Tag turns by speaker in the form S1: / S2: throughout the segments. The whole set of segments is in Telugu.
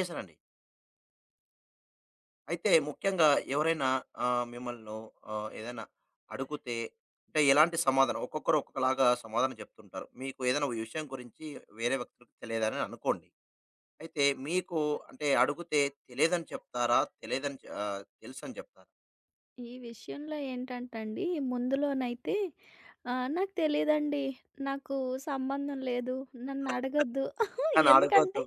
S1: చేశానండి. అయితే ముఖ్యంగా ఎవరైనా మిమ్మల్ని ఏదైనా అడుగుతే అంటే ఎలాంటి సమాధానం ఒక్కొక్కరు ఒక్కొక్కలాగా సమాధానం చెప్తుంటారు. మీకు ఏదైనా విషయం గురించి వేరే వ్యక్తులకు తెలియదని అనుకోండి. అయితే మీకు అంటే అడిగితే తెలియదని చెప్తారా? తెలియదని తెలుసని చెప్తారా?
S2: ఈ విషయంలో ఏంటంటండి, ముందులోనైతే నాకు తెలీదండి. నాకు సంబంధం లేదు. నన్నడగొద్దు.
S1: కానీ
S2: ఎందుకంటే
S1: అడగొద్దు.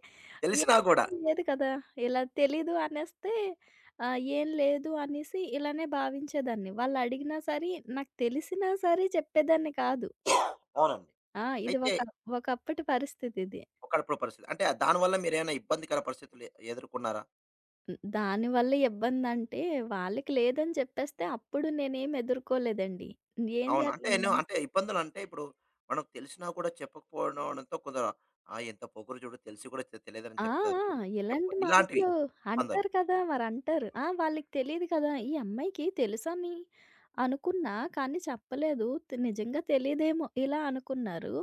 S2: ఏం
S1: తెలిసినా గూడా.
S2: లేదు కదా! ఇలా తెలీదు అనేస్తే ఏం లేదు అనేసి ఇలానే భావించేదాన్ని. వాళ్ళడిగినా సరే, నాకు తెలిసినా సరే చెప్పేదాన్ని కాదు.
S1: అవునండి.
S2: ఆ! ఇది
S1: అయితే
S2: ఒకప్పటి పరిస్థితిది.
S1: ఒకప్పుడు పరిస్థితి. అంటే దానివల్ల మీరేమైనా ఇబ్బందికర పరిస్థితులు ఎదుర్కొన్నారా?
S2: దానివల్ల ఇబ్బందంటే వాళ్ళకి లేదని చెప్పేస్తే అప్పుడు నేనేమి ఎదుర్కోలేదండి. ఏం
S1: అవును. అంటే ఎన్నో
S2: జరిగిందంటే
S1: అంటే ఇబ్బందులంటే ఇప్పుడు మనకు తెలిసినా కూడా చెప్పకపోవడంతో కొందరు "ఆ! ఎంత పొగరు చూడు తెలిసి కూడా తెలియదని
S2: ఆ! ఆ!
S1: చెప్తది."
S2: ఇలాంటి
S1: ఇలాంటివి
S2: మాటలు
S1: ఇబ్బందులు.
S2: అంటారు కదా! మరంటారు. ఆ! వాళ్ళకి తెలీదు కదా! ఈ అమ్మాయికి తెలుసని అనుకున్నా, కానీ చెప్పలేదు. నిజంగా తెలీదేమో ఇలా అనుకున్నారు.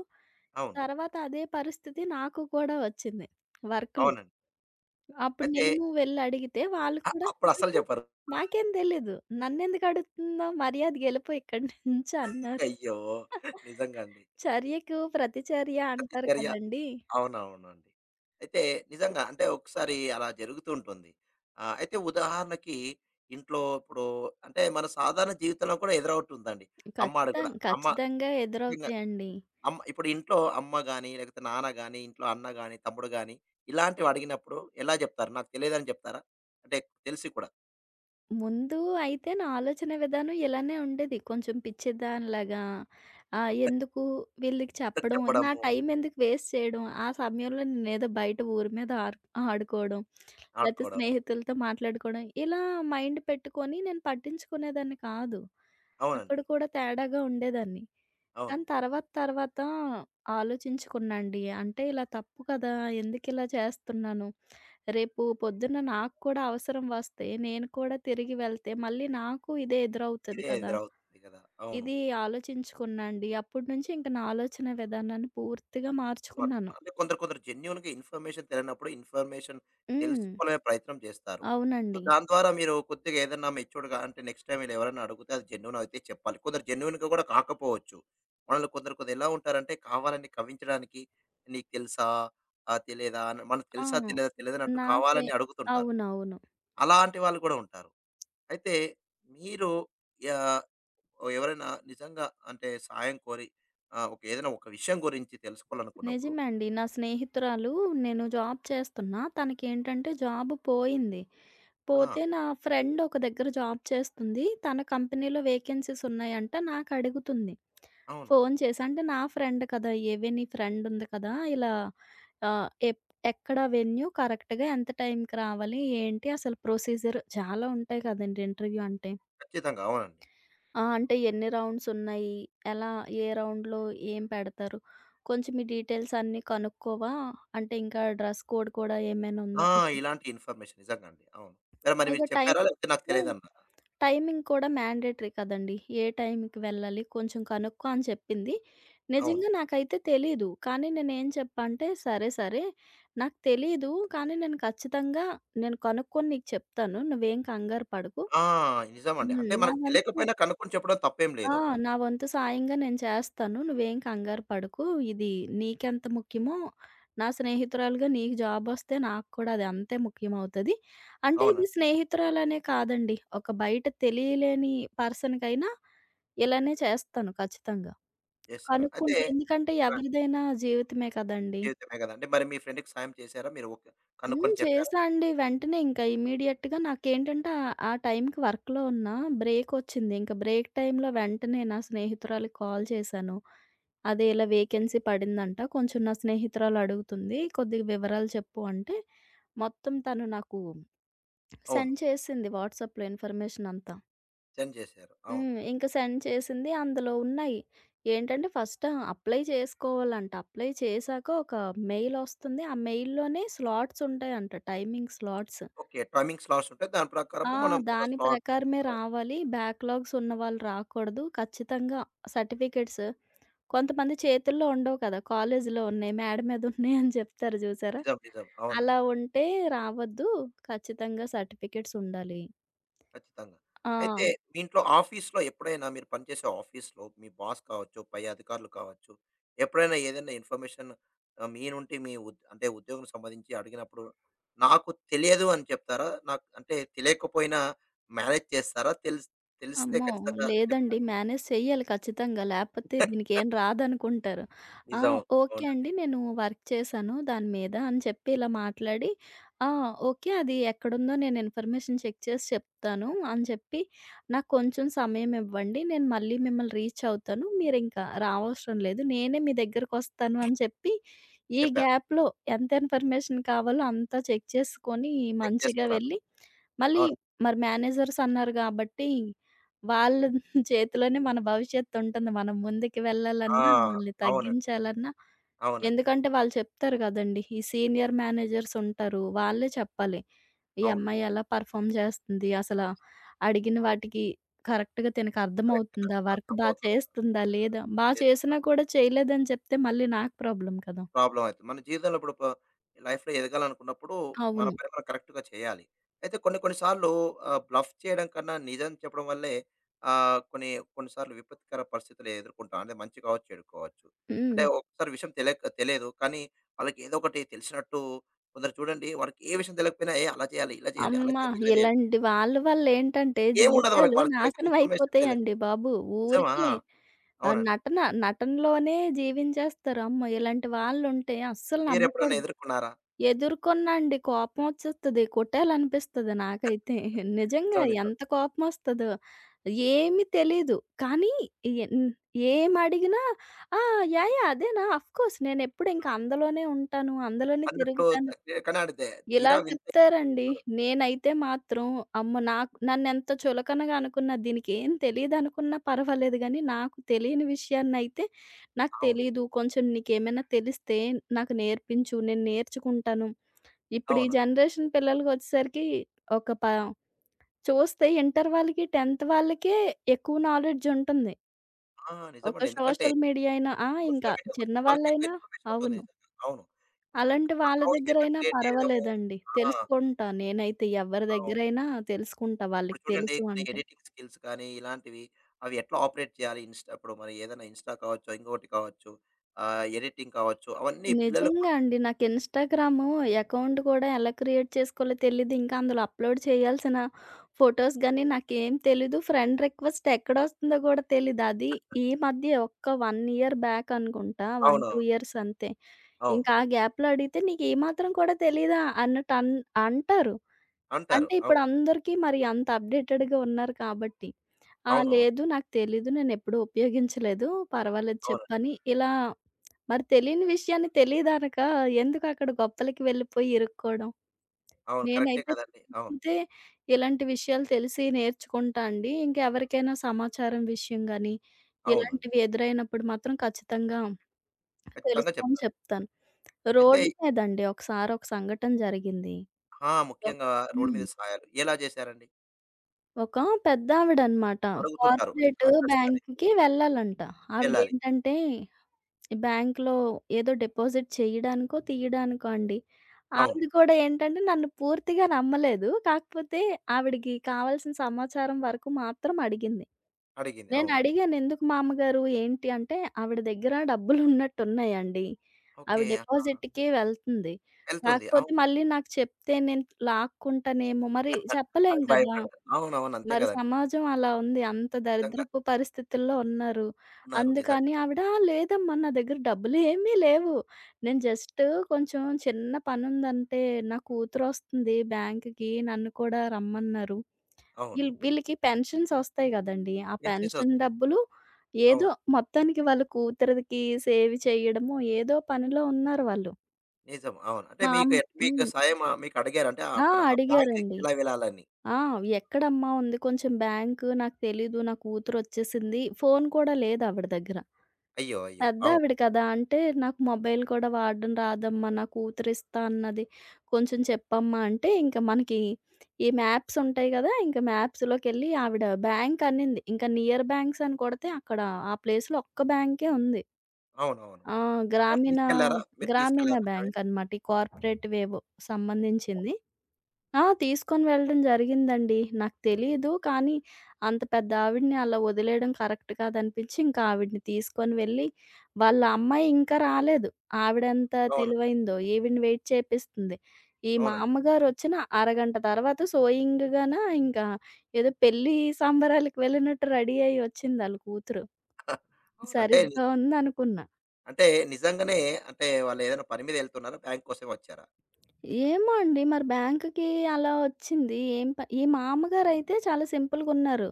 S1: అవును.
S2: తర్వాత అదే పరిస్థితి నాకు కూడా వచ్చింది వర్క్‌లో.
S1: అవునండి.
S2: అప్పుడు
S1: అయితే
S2: నేను వెళ్లి అడిగితే వాళ్ళు కూడా
S1: అప్పుడు అస్సలు
S2: నాకేం
S1: చెప్పరు.
S2: నాకేం తెలీదు. నన్నెందుకు అడుగుతున్నావు? మర్యాదగా ఎళ్ళిపో ఇక్కడి నుంచి అన్నారు.
S1: అయ్యో! నిజంగా అండి.
S2: చర్యకు ప్రతిచర్య అంటారు
S1: ప్రతిచర్య
S2: కదండీ!
S1: అవునవునండి. అయితే నిజంగా అంటే ఒకసారి అలా జరుగుతూ ఉంటుంది. అయితే ఉదాహరణకి ఇంట్లో ఇప్పుడు అంటే మన సాధారణ జీవితంలో కూడా ఎదురవుతుందండి. అమ్మ
S2: ఖచ్చితం
S1: అడగడం అమ్మ
S2: ఖచ్చితంగా ఎదురవుతాయండి.
S1: అమ్మ ఇప్పుడు ఇంట్లో అమ్మ గాని, లేకపోతే నాన్న గాని, ఇంట్లో అన్న గాని, తమ్ముడు గాని ఇలాంటివి అడిగినప్పుడు ఎలా జెప్తారు? నాకు తెలియదని జెప్తారా? అంటే తెలిసి కూడా.
S2: ముందు అయితే నా ఆలోచన విధానం ఇలానే ఉండేది. కొంచెం పిచ్చిదానిలాగా ఎందుకు వీళ్ళకి
S1: ఎంతకు
S2: చెప్పడం, నా
S1: చెప్పడము,
S2: టైం ఎందుకు వేస్ట్ చేయడం, ఆ సమయంలో నేనేదో బయట ఊరు మీద ఆడుకోవడం, లేతే
S1: ఆడుకోవడం.
S2: స్నేహితులతో మాట్లాడుకోవడం, ఇలా మైండ్ పెట్టుకొని నేను పట్టించుకునేదాన్ని కాదు. అక్కడ
S1: అవునండి.
S2: కూడా తేడాగా ఉండేదాన్ని.
S1: అవును.
S2: కానీ తర్వాత తర్వాత ఆలోచించుకున్నా అండి. అంటే ఇలా తప్పు కదా! ఎందుకిలా చేస్తున్నాను? రేపు పొద్దున్న నాకు కూడా అవసరం వస్తే, నేను కూడా తిరిగి వెళ్తే మళ్ళీ నాకు ఇదే ఎదురవుతది
S1: ఇదే
S2: కదా!
S1: ఎదురవుతుంది గదా! అవును.
S2: ఇది ఆలోచించుకున్నా అండి. అప్పటినుంచి ఇంక నా ఆలోచన విధానాన్ని పూర్తిగా
S1: పట్టుకున్నా.
S2: మార్చుకున్నాను.
S1: అంటే కొందరు కొందరు జెన్యూన్‌గా ఇన్ఫర్మేషన్ తెలియనప్పుడు ఇన్ఫర్మేషన్
S2: హ్మ్.
S1: తెలుసుకునే ప్రయత్నం చేస్తారు. సో,
S2: అవునండి.
S1: దాని ద్వారా మీరు కొద్దిగా ఏదన్నా మెచ్యూర్డ్‌గా అంటే నెక్స్ట్ టైమ్ వీళ్ళు ఎవరైనా అడిగితే అది జెన్యూన్ అయితే చెప్పాలి. కొందరు జెన్యూన్‌గా కూడా కాకపోవచ్చు. మనల్ని కొందరు కొందరు ఎలా ఉంటారంటే కావాలని కవ్వించడానికి నీకు తెలుసా? తెలీదా? అని మనకు
S2: ఆ!
S1: తెలుసా? తెలియదా? తెలియదన్నట్టు
S2: నాకే
S1: కావాలని అడుగుతుంటారు.
S2: అవునవును.
S1: అలాంటి వాళ్ళు కూడా ఉంటారు. అయితే మీరు యాహ్! ఎవరైనా నిజంగా అంటే సాయం కోరి ఏదైనా ఒక విషయం గురించి తెలుసుకోవాలనుకున్నప్పుడు
S2: నిజమే అండి. నా స్నేహితురాలు నేను జాబ్ చేస్తున్నా. తనకేంటంటే జాబ్ పోయింది.
S1: ఆ!
S2: పోతే నా ఫ్రెండ్ ఒక దగ్గర జాబ్ చేస్తుంది. తన కంపెనీలో వేకెన్సీస్ ఉన్నాయంట. నాకు అడుగుతుంది.
S1: అవును.
S2: ఫోను చేశా. అంటే నా ఫ్రెండ్ కదా! ఏవే నీ ఫ్రెండ్ ఉంది కదా! ఇలా ఆహ్, ఎప్ ఎక్కడ వెన్యూ కరెక్ట్‌గా ఎంత టైంకి రావాలి? ఏంటి? అసలు ప్రొసీజర్ చాలా ఉంటాయి కదండీ ఇంటర్వ్యూ అంటే.
S1: ఖచ్చితంగా. అవునండి.
S2: ఆ! అంటే ఎన్ని రౌండ్స్ ఉన్నాయి? ఎలా ఏ రౌండ్‌లో ఏం పెడతారు? కొంచెం ఈ డీటెయిల్స్ అన్నీ కనుక్కోవా? అంటే ఇంకా డ్రెస్ కోడ్ కూడా ఏమైనా
S1: ఆ!
S2: ఉందా? ఇప్పుడు
S1: ఇలాంటి ఇన్ఫర్మేషన్ నిజంగా అండి. అవును. మరి మరి మీరు
S2: పైగా టైం
S1: చెప్పారా? లేకపోతే నాకు
S2: కూడా
S1: తెలీదన్నారా?
S2: టైమింగ్ కూడా మ్యాండేటరీ కదండీ. ఏ టైంకి వెళ్ళాలి కొంచెం కనుక్కో అని చెప్పింది.
S1: అవును.
S2: నిజంగా నాకైతే తెలీదు. కానీ నేనేం చెప్పా అంటే, "సరే, సరే నాకు తెలీదు. కానీ నేను ఖచ్చితంగా నేను కనుక్కొని నీకు చెప్తాను. నువ్వేం కంగారు పడకు.
S1: ఆ! నిజమండి.
S2: హ్మ్.
S1: అంటే
S2: నా
S1: మనకు
S2: వంతు"
S1: తెలియకపోయినా కనుక్కొని చెప్పడం తప్పేం
S2: ఆ!
S1: లేదు అక్కడ.
S2: నా వంతు సాయంగా నేను చేస్తాను. నువ్వేం కంగారు పడకు. ఇది నీకెంత ముఖ్యమో, నా స్నేహితురాలుగా నీకు జాబొస్తే నాకు కూడా అది అంతే ముఖ్యమవుతది. అంటే ఇది
S1: అవునండి.
S2: స్నేహితురాలనే కాదండి. ఒక బయట తెలియలేని పర్సన్‌కైనా ఇలానే చేస్తాను ఖచ్చితంగా.
S1: చేస్తారు. అయితే
S2: కనుక్కుంటా. ఎందుకంటే
S1: ఆ!
S2: ఎవరిదైనా జీవితమే కదండీ!
S1: జీవితమే కదండీ! మరి మీ ఫ్రెండ్‌కి సాయం చేశారా? మీరు ఓకే
S2: హ్మ్.
S1: కనుక్కొని చెప్పారా?
S2: చేశా అండి. వెంటనే ఇంకా ఇమ్మీడియేట్‌గా నాకేంటంటే ఆ టైంకి వర్క్‌లో ఉన్నా బ్రేకొచ్చింది. ఇంక బ్రేక్ టైంలో వెంటనే నా స్నేహితురాలికి కాల్ చేశాను. అదే ఇలా వేకెన్సీ పడిందంట. కొంచెం నా స్నేహితురాలు అడుగుతుంది. కొద్దిగా వివరాలు చెప్పు అంటే, మొత్తం తను నాకు
S1: అవును.
S2: సెండ్ చేసింది వాట్సాప్‌లో ఇన్ఫర్మేషన్ అంతా.
S1: సెండ్ చేశారు. అవును.
S2: హ్మ్. ఇంక సెండ్ చేసింది. అందులో ఉన్నాయి. ఏంటంటే ఫస్ట్ అప్లై చేసుకోవాలంట. అప్లై చేశాక ఒక మెయిల్ ఒస్తుంది. ఆ మెయిల్‌లోనే స్లాట్స్ ఉంటాయంట. Timing slots.
S1: Okay. Timing slots ఉంటాయి. దాని
S2: ఆ!
S1: ప్రకారము మనం మన
S2: దాని
S1: స్లాట్
S2: ప్రకారమే
S1: అవును.
S2: రావాలి. బ్యాక్‌లాగ్స్ ఉన్నవాళ్ళు రాకూడదు. ఖచ్చితంగా సర్టిఫికేట్స్ కొంతమంది చేతుల్లో ఉండవు కదా! కాలేజీలో ఉన్నాయి, మేడ మీద ఉన్నాయి అని చెప్తారు చూసారా?
S1: నిజం. నిజం.
S2: అలా
S1: అవునండి.
S2: ఉంటే రావద్దు. ఖచ్చితంగా సర్టిఫికేట్స్ ఉండాలి.
S1: ఖచ్చితంగా.
S2: ఆ!
S1: అయితే మీ ఇంట్లో ఆఫీస్‌లో ఎప్పుడైనా మీరు పనిచేసే ఆఫీస్‌లో మీ బాస్ కావచ్చు, పై అధికారులు కావచ్చు, ఎప్పుడైనా ఏదైనా ఇన్ఫర్మేషన్ మీ నుండి మీ అంటే ఉద్యోగం సంబంధించి అడిగినప్పుడు నాకు తెలియదు అని చెప్తారా? నాకు అంటే తెలియకపోయినా మేనేజ్ చేస్తారా? తెలిస్తే
S2: అమ్మో!
S1: ఖచ్చితంగా
S2: లేదండి.
S1: చెప్తారా?
S2: మేనేజ్ చెయ్యాలి ఖచ్చితంగా. లేపోతే దీనికేం రాదనుకుంటారు. ఆ!
S1: నిజం.
S2: ఓకే
S1: అవునండి.
S2: అండి. నేను వర్క్ చేశాను దాని మీద అని చెప్పి ఇలా మాట్లాడి, ఆ! ఓకే. అది ఎక్కడుందో నేను ఇన్ఫర్మేషన్ చెక్ చేసి చెప్తాను అని చెప్పి, నాకు కొంచెం సమయం ఇవ్వండి. నేను మళ్ళీ మిమ్మల్ని రీచ్ అవుతాను. మీరింకా రావసరం లేదు. నేనే మీ దగ్గరకొస్తాను అని చెప్పి, ఈ
S1: చెప్పారు.
S2: గ్యాప్‌లో ఎంత ఇన్ఫర్మేషన్ కావాలో అంతా చెక్ చేసుకొని
S1: చెక్
S2: మంచిగా
S1: చేసుకున్నారు.
S2: వెళ్ళి, మళ్ళీ
S1: అవును.
S2: మరి మేనేజర్స్ అన్నారు గాబట్టి వాళ్ళ చేతిలోనే మన భవిష్యత్తుంటుంది. మనం ముందుకు
S1: ఆ!
S2: వెళ్ళాలన్నా, మనల్ని
S1: అవునండి.
S2: తగ్గించాలన్నా
S1: అవునండి.
S2: ఎందుకంటే వాళ్ళు చెప్తారు గదండీ! ఈ సీనియర్ మేనేజర్స్ ఉంటారు. వాళ్ళే చెప్పాలి. ఈ
S1: అవును.
S2: అమ్మాయి ఎలా పెర్ఫార్మ్ చేస్తుంది? అసలా అడిగిన వాటికి కరెక్ట్‌గా తనకు
S1: కరెక్ట్‌గా
S2: అర్థమవుతుందా? వర్క్ బా
S1: అర్థమవుతుంది.
S2: చేస్తుందా? లేదా? బా
S1: ఎస్.
S2: చేసినా కూడా చేయలేదని చెప్తే మళ్ళీ నాకు ప్రాబ్లమ్ కదా!
S1: ప్రాబ్లమ్ అయితది. మన జీవితంలో ఇప్పుడు లైఫ్‌లో ఎదగాలనుకున్నప్పుడు మన
S2: అవును.
S1: పని మనం కరెక్ట్‌గా చేయాలి. అయితే కొన్ని కొన్ని సార్లు బ్లఫ్ చేయడం కన్నా నిజం చెప్పడం వల్లే కొన్ని కొన్ని సార్లు విపత్కర పరిస్థితులు ఎదుర్కొంటాం. అంటే మంచి కావచ్చు, చెడు కావచ్చు. అంటే
S2: హ్మ్.
S1: ఒక్కోసారి విషయం తెలియదు. కానీ వాళ్ళకి ఏదో ఒకటి తెలిసినట్టు కొందరు చూడండి వాడికి ఏ విషయం తెలియకపోయినా "ఏ అలా చేయాలి, ఇలా చేయాలి, అలా
S2: అమ్మా!
S1: చేయాలి, ఇలా చేయాలి"
S2: ఇలాంటి వాళ్ళ వల్లేంటంటే
S1: ఏముండదు వాళ్ళకి.
S2: జీవితాలు
S1: వాళ్ళకి తెలియక
S2: నాశనం
S1: ఇన్ఫర్మేషన్ తెలియదు.
S2: అయిపోతాయండి బాబు.
S1: నిజమా?
S2: ఊరికే ఆ!
S1: అవునండి.
S2: నటన, నటనలోనే జీవించేస్తారు. అమ్మో! ఇలాంటి వాళ్ళుంటే అస్సలు
S1: మీరెప్పుడైనా
S2: నమ్మకూడదు.
S1: ఎదుర్కొన్నారా?
S2: ఎదుర్కొన్నండి కోపం వచ్చేస్తది. కొట్టేయాలనిపిస్తది నాకైతే. నిజంగా
S1: నిజం, నిజం.
S2: ఎంత కోపమొస్తదో. ఏమి తెలీదు. కానీ ఎన్ ఏమడిగినా ఆ! యాహ్! యాహ్! అదేనా ఆఫ్‌కోర్స్ నేనెప్పుడు ఇంక అందులోనే ఉంటాను. అందులోనే
S1: అన్నట్లు
S2: తిరుగుతాను.
S1: తగ్గే- కానీ ఆడితే
S2: ఇలా
S1: తీరా వెళ్తే
S2: చెప్తారండి. నేనైతే మాత్రం అమ్మో! నాకు నన్నెంత చులకనగా అనుకున్నా, దీనికేం తెలీదనుకున్నా పర్వాలేదు గానీ, నాకు తెలియని విషయాన్నయితే నాకు
S1: అవును.
S2: తెలీదు. కొంచెం నీకేమైనా తెలిస్తే నాకు నేర్పించు. నేను నేర్చుకుంటాను. ఇప్పుడు ఈ
S1: అవునండి.
S2: జనరేషన్ పిల్లలకొచ్చేసరికి ఒక ప చూస్తే ఇంటర్ వాళ్ళకి, 10th వాళ్ళకే ఎక్కువ నాలెడ్జ్ ఉంటుంది.
S1: ఆ!
S2: ఒక
S1: నిజమండి. ఎందుకంటే
S2: సోషల్ మీడియా అయినా ఆ! ఇంకా
S1: సోషల్ మీడియా గురించి వాళ్ళకి ఎక్కువ
S2: చిన్నవాళ్ళైనా
S1: ఇన్ఫర్మేషన్ ఉంటుంది
S2: అవును.
S1: నిజంగా. అవును. ఆహ్,
S2: అలాంటి వాళ్ళ
S1: అకౌంట్స్ ఎట్లా
S2: దగ్గరైనా
S1: క్రియేట్ చేయడము.
S2: పర్వాలేదండి.
S1: ఆ!
S2: తెలుసుకుంటా నేనైతే ఎవరి
S1: అవును.
S2: దగ్గరైనా తెలుసుకుంటా
S1: ఇప్పుడు
S2: వాళ్ళకి
S1: చూడండి
S2: తెలుసు
S1: కొన్ని
S2: అంటే.
S1: ఎడిటింగ్ స్కిల్స్ కానీ ఇలాంటివి అవి ఎట్లా ఆపరేట్ చేయాలి ఇన్‌స్టా ఇప్పుడు మరి ఏదైనా ఇన్‌స్టా కావచ్చు, ఇంకొకటి కావచ్చు, ఎడిటింగ్ కావచ్చు అవన్నీ పిల్లలకు
S2: నిజంగా అండి. నాకు ఇన్‌స్టాగ్రాము అకౌంట్ కూడా ఎలా క్రియేట్ చేసుకోవాలో తెలీదు. ఇంకా అందులో అప్‌లోడ్ చేయాల్సిన ఫోటోస్ గాని నాకేం తెలీదు. ఫ్రెండ్ రిక్వెస్ట్ ఎక్కడొస్తుందో గూడా తెలీదు. అది ఈ మధ్య ఒక్క 1 ఇయర్ బ్యాక్ అనుకుంటా. 1,
S1: అవును.
S2: 2 ఇయర్స్ అంతే.
S1: అవును.
S2: ఇంకా ఆ గ్యాప్‌లో అడిగితే "నీకు ఈ మాత్రం కూడా తెలీదా?" అన్నట్టు అంటారు.
S1: అంటారు.
S2: అంటే ఇప్పుడు
S1: అవును.
S2: అందరికీ మరి అంత అప్‌డేటెడ్‌గా ఉన్నారు కాబట్టి. ఆ!
S1: అవునవును.
S2: లేదు. నాకు తెలీదు. నేనెప్పుడూ ఉపయోగించలేదు. పర్వాలేదు
S1: అవునండి.
S2: చెప్పని. ఇలా మరి తెలియని విషయాన్ని తెలియదనక ఎందుకక్కడ గొప్పలకి వెళ్ళిపోయి ఇరుక్కోవడం.
S1: అవును. కరెక్టే
S2: నేనైతే
S1: కదండీ. అవును.
S2: నేర్చుకుంటే ఇలాంటి విషయాలు తెలిసి నేర్చుకుంటా అండి. ఇంకెవరికైనా సమాచారం విషయం గానీ,
S1: అవునండి.
S2: ఇలాంటివి ఎదురైనప్పుడు మాత్రం ఖచ్చితంగా
S1: ఖచ్చితంగా
S2: తెలుసుకొని
S1: చెప్తారు.
S2: చెప్తాను.
S1: అయితే
S2: రోడ్డు మీదండి ఒకసారి ఒక సంఘటన జరిగింది.
S1: ఆ!
S2: ఒ
S1: ముఖ్యంగా రోడ్
S2: హ్మ్.
S1: మీద సాయాలు ఎలా చేశారండి?
S2: ఒక పెద్దావిడనమాట.
S1: అడుగుతుంటారు. ఈ
S2: కార్పొరేట్
S1: అడ్రస్ కానీ
S2: బ్యాంక్‌కి వెళ్ళాలంట.
S1: వెళ్ళాలి.
S2: ఆవిడేంటంటే, ఈ బ్యాంక్‌లో ఏదో డిపాజిట్ చేయడానికో, తీయడానికో అండి.
S1: అవును.
S2: ఆవిడ కూడా ఏంటంటే నన్ను పూర్తిగా నమ్మలేదు. కాకపోతే ఆవిడకి కావాల్సిన సమాచారం వరకు మాత్రం అడిగింది.
S1: అడిగింది. అవును.
S2: నేనడిగాను, "ఎందుకు మామ్మగారు ఏంటి?" అంటే, ఆవిడ దగ్గర డబ్బులున్నట్టున్నాయండి.
S1: ఓకే.
S2: ఆవిడ
S1: ఆహా!
S2: డిపాజిట్‌కి వెళ్తుంది.
S1: వెళ్తుంది.
S2: కాకపోతే
S1: అవును.
S2: మళ్ళీ నాకు చెప్తే నేను లాక్కుంటానేమో, మరి చెప్పలేం
S1: ఆమె
S2: గదా!
S1: భయపడతారు. అవునవును. అంతే
S2: మరి
S1: గదండీ!
S2: సమాజం అలా ఉంది. అంత
S1: నిజంగా.
S2: దరిద్రపు పరిస్థితుల్లో ఉన్నారు.
S1: ఉన్నారు. నిజంగా.
S2: అందుకని ఆవిడ "ఆ, లేదమ్మా నా దగ్గర డబ్బులు ఏమీ లేవు. నేను జస్ట్ కొంచెం చిన్న పనుందంటే నా కూతురొస్తుంది బ్యాంక్‌కి నన్ను కూడా రమ్మన్నారు.
S1: అవును.
S2: ఈల్ వీళ్ళకి పెన్షన్స్ ఒస్తాయి గదండీ! ఆ పెన్షన్
S1: ఇన్సిసొస్తాయి.
S2: డబ్బులు ఏదో
S1: అవును.
S2: మొత్తానికి వాళ్ళ కూతురిదికి సేవ్ చేయడము ఏదో పనిలో ఉన్నారు వాళ్ళు.
S1: నిజం. అవును. అంటే
S2: మా
S1: మీకు
S2: అమ్
S1: మీకు
S2: హ్మ్.
S1: సాయం మీకు అడిగారు. అంటే
S2: ఆ!
S1: అక్కడ ఆ బ్యాంక్‌కి
S2: అడిగారండి.
S1: ఎలా వెళ్ళాలని.
S2: ఆ! ఎక్కడమ్మా ఉంది కొంచెం బ్యాంకు, నాకు తెలీదు, నా కూతురొచ్చేసింది. ఫోను కూడా లేదావిడ దగ్గర.
S1: అయ్యో! అయ్యో! అవును.
S2: పెద్దావిడ కదా! అంటే, నాకు మొబైల్ కూడా వాడడం రాదమ్మా, నా కూతురిస్తా అన్నది. కొంచెం చెప్పమ్మా అంటే, ఇంక మనకి ఈ మ్యాప్స్ ఉంటాయి గదా! ఇంక మ్యాప్స్‌లోకెళ్ళి ఆవిడ బ్యాంక్ అనింది. ఇంకా నియర్ బ్యాంక్స్ అని కొడితే అక్కడ ఆ ప్లేస్‌లో ఒక్క బ్యాంకే ఉంది.
S1: అవునవును.
S2: ఆ!
S1: మరి
S2: గ్రామీణ
S1: తీసుకెళ్లారా? మీరు
S2: గ్రామీణ
S1: తీసుకెళ్లారా ఆమెని?
S2: బ్యాంకనమాట. ఈ కార్పొరేటివేవో సంబంధించింది. ఆ! తీసుకొని వెళ్ళడం జరిగిందండి. నాకు తెలీదు. కానీ అంత పెద్ద ఆవిడని అలా వదిలేయడం కరెక్ట్ కాదనిపించి ఇంకా ఆవిడని తీసుకొని వెళ్ళి వాళ్ళ అమ్మాయి ఇంకా రాలేదు. ఆవిడెంత
S1: అవునండి.
S2: తెలివైందో ఈవిడని వెయిట్ చేపిస్తుంది. ఈ మా
S1: అవునండి.
S2: అమ్మగారొచ్చిన అరగంట తర్వాత సోయింగ్‌గాన ఇంకా ఏదో పెళ్లి సంబరాలకు వెళ్ళినట్టు రెడీ అయ్యి వచ్చిందాళ్ళ కూతురు.
S1: అవును. అంటే
S2: సరిగ్గా ఉందనుకున్న.
S1: అంటే నిజంగానే అంటే వాళ్ళేదైనా పని మీద ఎళ్తున్నారా? బ్యాంక్ కోసం వచ్చారా?
S2: ఏమో అండి. మరి బ్యాంక్‌కి అలా వచ్చింది. ఏం ప ఈ మా అమ్మగారైతే చాలా సింపుల్‌గున్నారు.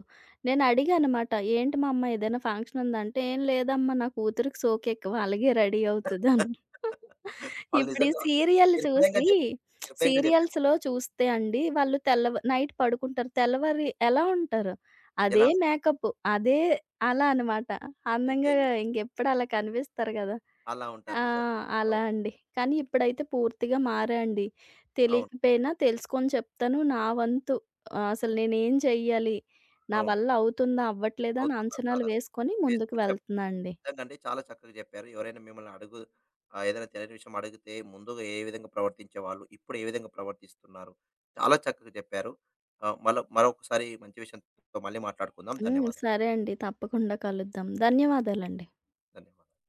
S2: నేనడిగానమాట. "ఏంటి మా అమ్మ ఏదైనా ఫంక్షన్ ఉందా?" అంటే, "ఏం లేదమ్మా నా కూతురికి సోకెక్కువ అలాగే రెడీ అవుతదన్న."
S1: వాళ్ళు
S2: ఇప్పుడు ఈ
S1: నిజంగా
S2: సీరియల్
S1: నిర్భయంగా
S2: చూసి
S1: జెప్ నిర్భయంగా జెప్పేసారు.
S2: సీరియల్స్‌లో చూస్తే అండి వాళ్ళు నైట్ పడుకుంటారు. తెల్లవారి ఎలా ఉంటారు? అదే
S1: ఎలా
S2: మేకప్. అదే అలా అనమాట. అందంగా
S1: అయ్యయ్యో!
S2: ఇంకెప్పుడు అలా కనిపిస్తారు గదా!
S1: అలా ఉంటారు
S2: ఆ!
S1: నిజంగా.
S2: అలా
S1: అవును.
S2: అండి. కానీ ఇప్పుడైతే పూర్తిగా మారా అండి.
S1: అవును.
S2: తెలియకపోయినా తెలుసుకొని చెప్తాను. నా వంతు అసలు నేనేం చెయ్యాలి? నా
S1: అవును.
S2: వల్ల అవుతుందా? అవ్వట్లేదా? అని
S1: అవుతున్నారు
S2: అంచనాలు
S1: కదా!
S2: వేసుకొని ముందుకు
S1: వేసుకొని చెప్
S2: వెళ్తున్నా అండి.
S1: నిజంగండి చాలా చక్కగా చెప్పారు. ఎవరైనా మిమ్మల్ని ఏదైనా తెలియని విషయం అడిగితే ముందుగా ఏ విధంగా ప్రవర్తించేవాళ్ళు, ఇప్పుడు ఏ విధంగా ప్రవర్తిస్తున్నారు. చాలా చక్కగా చెప్పారు. మరొకసారి మంచి విషయంతో మళ్ళీ మాట్లాడుకుందాం.
S2: హ్మ్.
S1: ధన్యవాదాలు.
S2: సరే అండి. తప్పకుండా కలుద్దాం. ధన్యవాదాలండి.
S1: ధన్యవాదాలు.